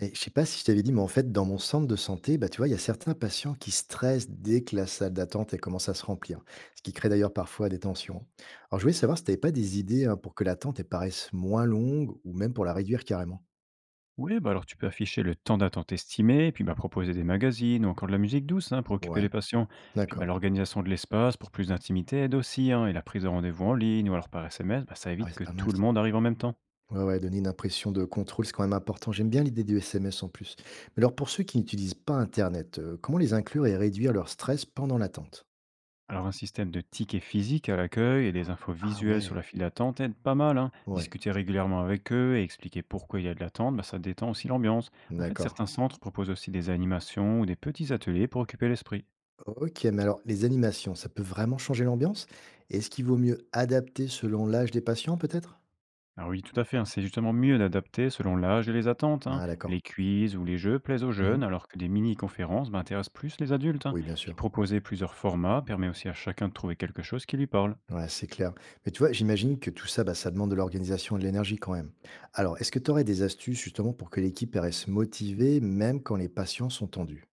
Et je sais pas si je t'avais dit, mais en fait, dans mon centre de santé, bah, tu vois, il y a certains patients qui stressent dès que la salle d'attente elle commence à se remplir, ce qui crée d'ailleurs parfois des tensions. Alors, je voulais savoir si tu n'avais pas des idées hein, pour que l'attente elle paraisse moins longue ou même pour la réduire carrément. Oui, bah alors tu peux afficher le temps d'attente estimé, et puis bah proposer des magazines ou encore de la musique douce hein, pour occuper Ouais, les patients. Et puis bah, d'accord. l'organisation de l'espace pour plus d'intimité aide aussi, hein, et la prise de rendez-vous en ligne ou alors par SMS, bah, ça Ah ouais, évite c'est que pas mal tout le ça. monde arrive en même temps. Ouais, ouais, donner une impression de contrôle, c'est quand même important. J'aime bien l'idée du SMS en plus. Mais alors, pour ceux qui n'utilisent pas Internet, comment les inclure et réduire leur stress pendant l'attente? Alors un système de tickets physiques à l'accueil et des infos Ah visuelles ouais, sur la file d'attente aide pas mal, hein. ouais, Discuter régulièrement avec eux et expliquer pourquoi il y a de l'attente, bah, ça détend aussi l'ambiance. En fait, d'accord. certains centres proposent aussi des animations ou des petits ateliers pour occuper l'esprit. Ok, mais alors les animations, ça peut vraiment changer l'ambiance? Et est-ce qu'il vaut mieux adapter selon l'âge des patients, peut-être? Alors oui, tout à fait, hein, c'est justement mieux d'adapter selon l'âge et les attentes, hein. Ah, d'accord. Les quiz ou les jeux plaisent aux Mhm. jeunes, alors que des mini-conférences bah, intéressent plus les adultes, hein. Oui, bien Puis sûr. proposer plusieurs formats permet aussi à chacun de trouver quelque chose qui lui parle. Ouais, c'est clair. Mais tu vois, j'imagine que tout ça, bah, ça demande de l'organisation et de l'énergie quand même. Alors, est-ce que tu aurais des astuces justement pour que l'équipe elle reste motivée, même quand les patients sont tendus?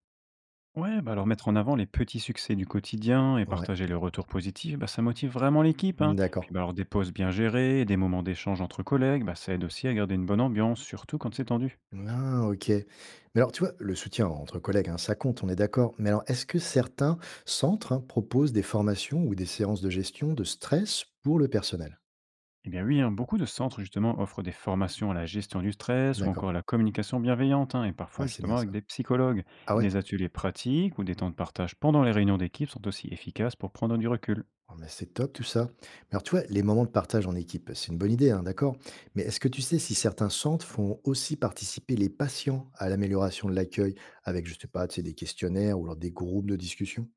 Ouais, bah alors mettre en avant les petits succès du quotidien et Ouais. partager les retours positifs, bah, ça motive vraiment l'équipe, hein. D'accord. Puis bah, alors des pauses bien gérées, des moments d'échange entre collègues, bah, ça aide aussi à garder une bonne ambiance, surtout quand c'est tendu. Ah, ok. Mais alors, tu vois, le soutien entre collègues, hein, ça compte, on est d'accord. Mais alors, est-ce que certains centres, hein, proposent des formations ou des séances de gestion de stress pour le personnel? Eh bien oui, hein, beaucoup de centres justement offrent des formations à la gestion du stress ou D'accord. encore à la communication bienveillante, hein, et Ah, parfois c'est bien justement ça. avec des psychologues. Ah Et ouais? des ateliers pratiques ou des temps de partage pendant les réunions d'équipe sont aussi efficaces pour prendre du recul. Oh, mais c'est top tout ça. Mais alors, tu vois, les moments de partage en équipe, c'est une bonne idée, hein, d'accord? Mais est-ce que tu sais si certains centres font aussi participer les patients à l'amélioration de l'accueil avec, je sais pas, tu sais, des questionnaires ou alors des groupes de discussion?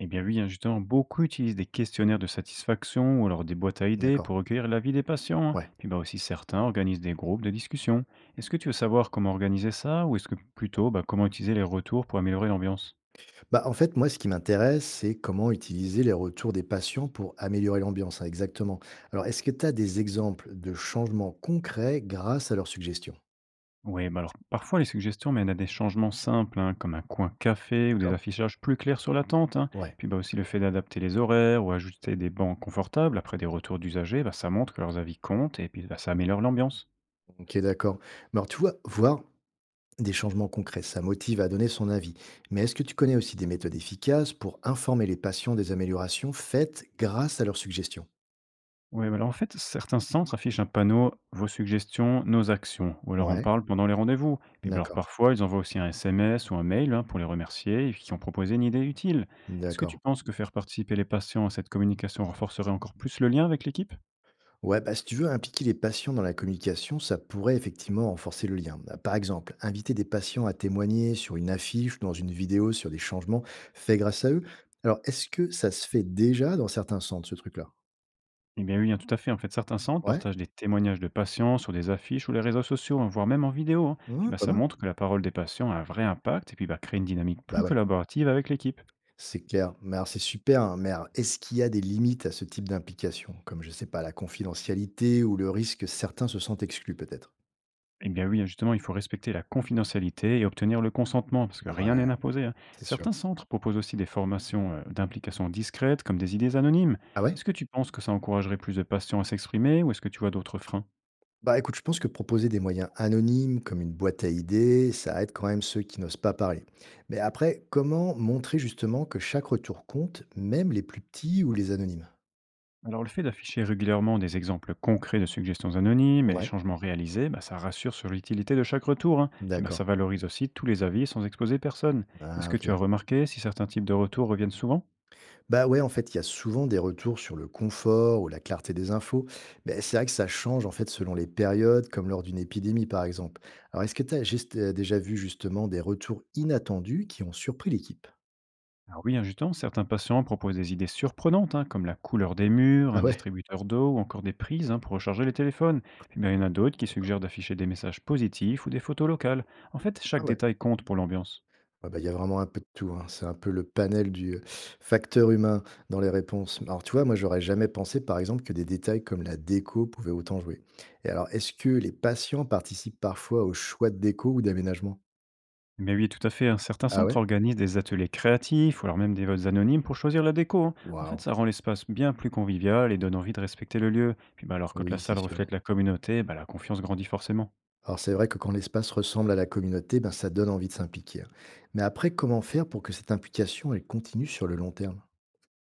Eh bien oui, hein, justement, beaucoup utilisent des questionnaires de satisfaction ou alors des boîtes à idées D'accord. pour recueillir l'avis des patients, hein. Ouais. Puis bah aussi certains organisent des groupes de discussion. Est-ce que tu veux savoir comment organiser ça ou est-ce que plutôt bah, comment utiliser les retours pour améliorer l'ambiance? Bah, en fait, moi, ce qui m'intéresse, c'est comment utiliser les retours des patients pour améliorer l'ambiance, hein, exactement. Alors, est-ce que tu as des exemples de changements concrets grâce à leurs suggestions? Oui, bah alors parfois les suggestions mènent à des changements simples, hein, comme un coin café ou des D'accord? affichages plus clairs sur la tente, hein. Ouais. Puis bah aussi le fait d'adapter les horaires ou ajouter des bancs confortables après des retours d'usagers, bah, ça montre que leurs avis comptent et puis bah, ça améliore l'ambiance. Ok, d'accord. Mais alors, tu vois, voir des changements concrets, ça motive à donner son avis. Mais est-ce que tu connais aussi des méthodes efficaces pour informer les patients des améliorations faites grâce à leurs suggestions? Oui, alors en fait, certains centres affichent un panneau Vos suggestions, nos actions, ou alors en Ouais, parlent pendant les rendez-vous. Puis bah, alors d'accord, parfois ils envoient aussi un SMS ou un mail hein, pour les remercier et qui ont proposé une idée utile. Est-ce que tu d'accord. penses que faire participer les patients à cette communication renforcerait encore plus le lien avec l'équipe? Ouais, bah, si tu veux impliquer les patients dans la communication, ça pourrait effectivement renforcer le lien. Bah, par exemple, inviter des patients à témoigner sur une affiche ou dans une vidéo sur des changements faits grâce à eux. Alors, est-ce que ça se fait déjà dans certains centres, ce truc-là? Eh bien oui, hein, tout à fait. En fait, certains centres Ouais, partagent des témoignages de patients sur des affiches ou les réseaux sociaux, hein, voire même en vidéo, hein. Puis ouais, bah, pas ça mal. montre que la parole des patients a un vrai impact et puis bah, crée une dynamique Bah plus ouais. collaborative avec l'équipe. C'est clair. Mais alors, c'est super, hein, mais alors, est-ce qu'il y a des limites à ce type d'implication? Comme, je sais pas, la confidentialité ou le risque que certains se sentent exclus, peut-être? Eh bien oui, hein, justement, il faut respecter la confidentialité et obtenir le consentement, parce que rien n'est Ouais, imposé, hein. c'est sûr. Certains centres proposent aussi des formations d'implication discrète, comme des idées anonymes. Ah ouais? Est-ce que tu penses que ça encouragerait plus de patients à s'exprimer, ou est-ce que tu vois d'autres freins? Bah, écoute, je pense que proposer des moyens anonymes, comme une boîte à idées, ça aide quand même ceux qui n'osent pas parler. Mais après, comment montrer justement que chaque retour compte, même les plus petits ou les anonymes? Alors le fait d'afficher régulièrement des exemples concrets de suggestions anonymes et les Ouais, changements réalisés, bah, ça rassure sur l'utilité de chaque retour, hein. Puis bah, ça d'accord. valorise aussi tous les avis sans exposer personne. Est-ce Ah, que OK. tu as remarqué si certains types de retours reviennent souvent? Bah ouais, en fait, il y a souvent des retours sur le confort ou la clarté des infos. Mais c'est vrai que ça change en fait selon les périodes, comme lors d'une épidémie par exemple. Alors est-ce que tu as déjà vu justement des retours inattendus qui ont surpris l'équipe? Alors oui, hein, justement, certains patients proposent des idées surprenantes, hein, comme la couleur des murs, Ah un ouais, distributeur d'eau ou encore des prises hein, pour recharger les téléphones. Puis bah, il y en a d'autres qui sympa. suggèrent d'afficher des messages positifs ou des photos locales. En fait, Ah chaque ouais. détail compte pour l'ambiance. Ouais, bah, il y a vraiment un peu de tout, hein. C'est un peu le panel du facteur humain dans les réponses. Alors tu vois, moi j'aurais jamais pensé par exemple que des détails comme la déco pouvaient autant jouer. Et alors, est-ce que les patients participent parfois au choix de déco ou d'aménagement? Mais oui, tout à fait, hein. Certains Ah ouais? centres organisent des ateliers créatifs ou alors même des votes anonymes pour choisir la déco, hein. En fait, Waouh. ça rend l'espace bien plus convivial et donne envie de respecter le lieu. Puis bah, alors, quand la Oui, c'est salle sûr. reflète la communauté, bah, la confiance grandit forcément. Alors c'est vrai que quand l'espace ressemble à la communauté, ben, ça donne envie de s'impliquer, hein. Mais après, comment faire pour que cette implication, elle continue sur le long terme?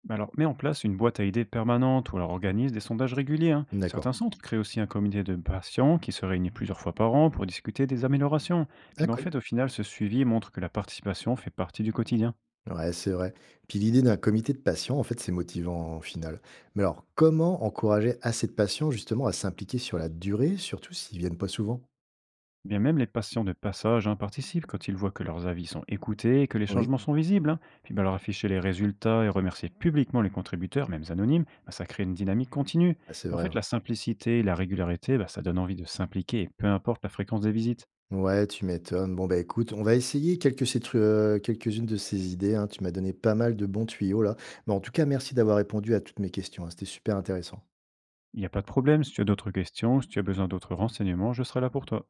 Bah, alors, mets en place une boîte à idées permanente ou alors organise des sondages réguliers, hein. D'accord. Certains centres créent aussi un comité de patients qui se réunit plusieurs fois par an pour discuter des améliorations. Puis bah, Ok. en fait, au final, ce suivi montre que la participation fait partie du quotidien. Ouais, c'est vrai. Puis l'idée d'un comité de patients, en fait, c'est motivant au final. Mais alors, comment encourager assez de patients justement à s'impliquer sur la durée, surtout s'ils viennent pas souvent? Bien même les patients de passage hein, participent quand ils voient que leurs avis sont écoutés et que les Oui. changements sont visibles, hein. Puis bah, leur afficher les résultats et remercier publiquement les contributeurs, même anonymes, bah, ça crée une dynamique continue. Ah, c'est Et en vrai. Ouais, fait, la simplicité et la régularité, bah, ça donne envie de s'impliquer, et peu importe la fréquence des visites. ouais, tu m'étonnes. Bon, bah écoute, on va essayer quelques, quelques-unes de ces idées, hein. Tu m'as donné pas mal de bons tuyaux là. Mais en tout cas, merci d'avoir répondu à toutes mes questions, hein. C'était super intéressant. Il n'y a pas de problème, si tu as d'autres questions, si tu as besoin d'autres renseignements, je serai là pour toi.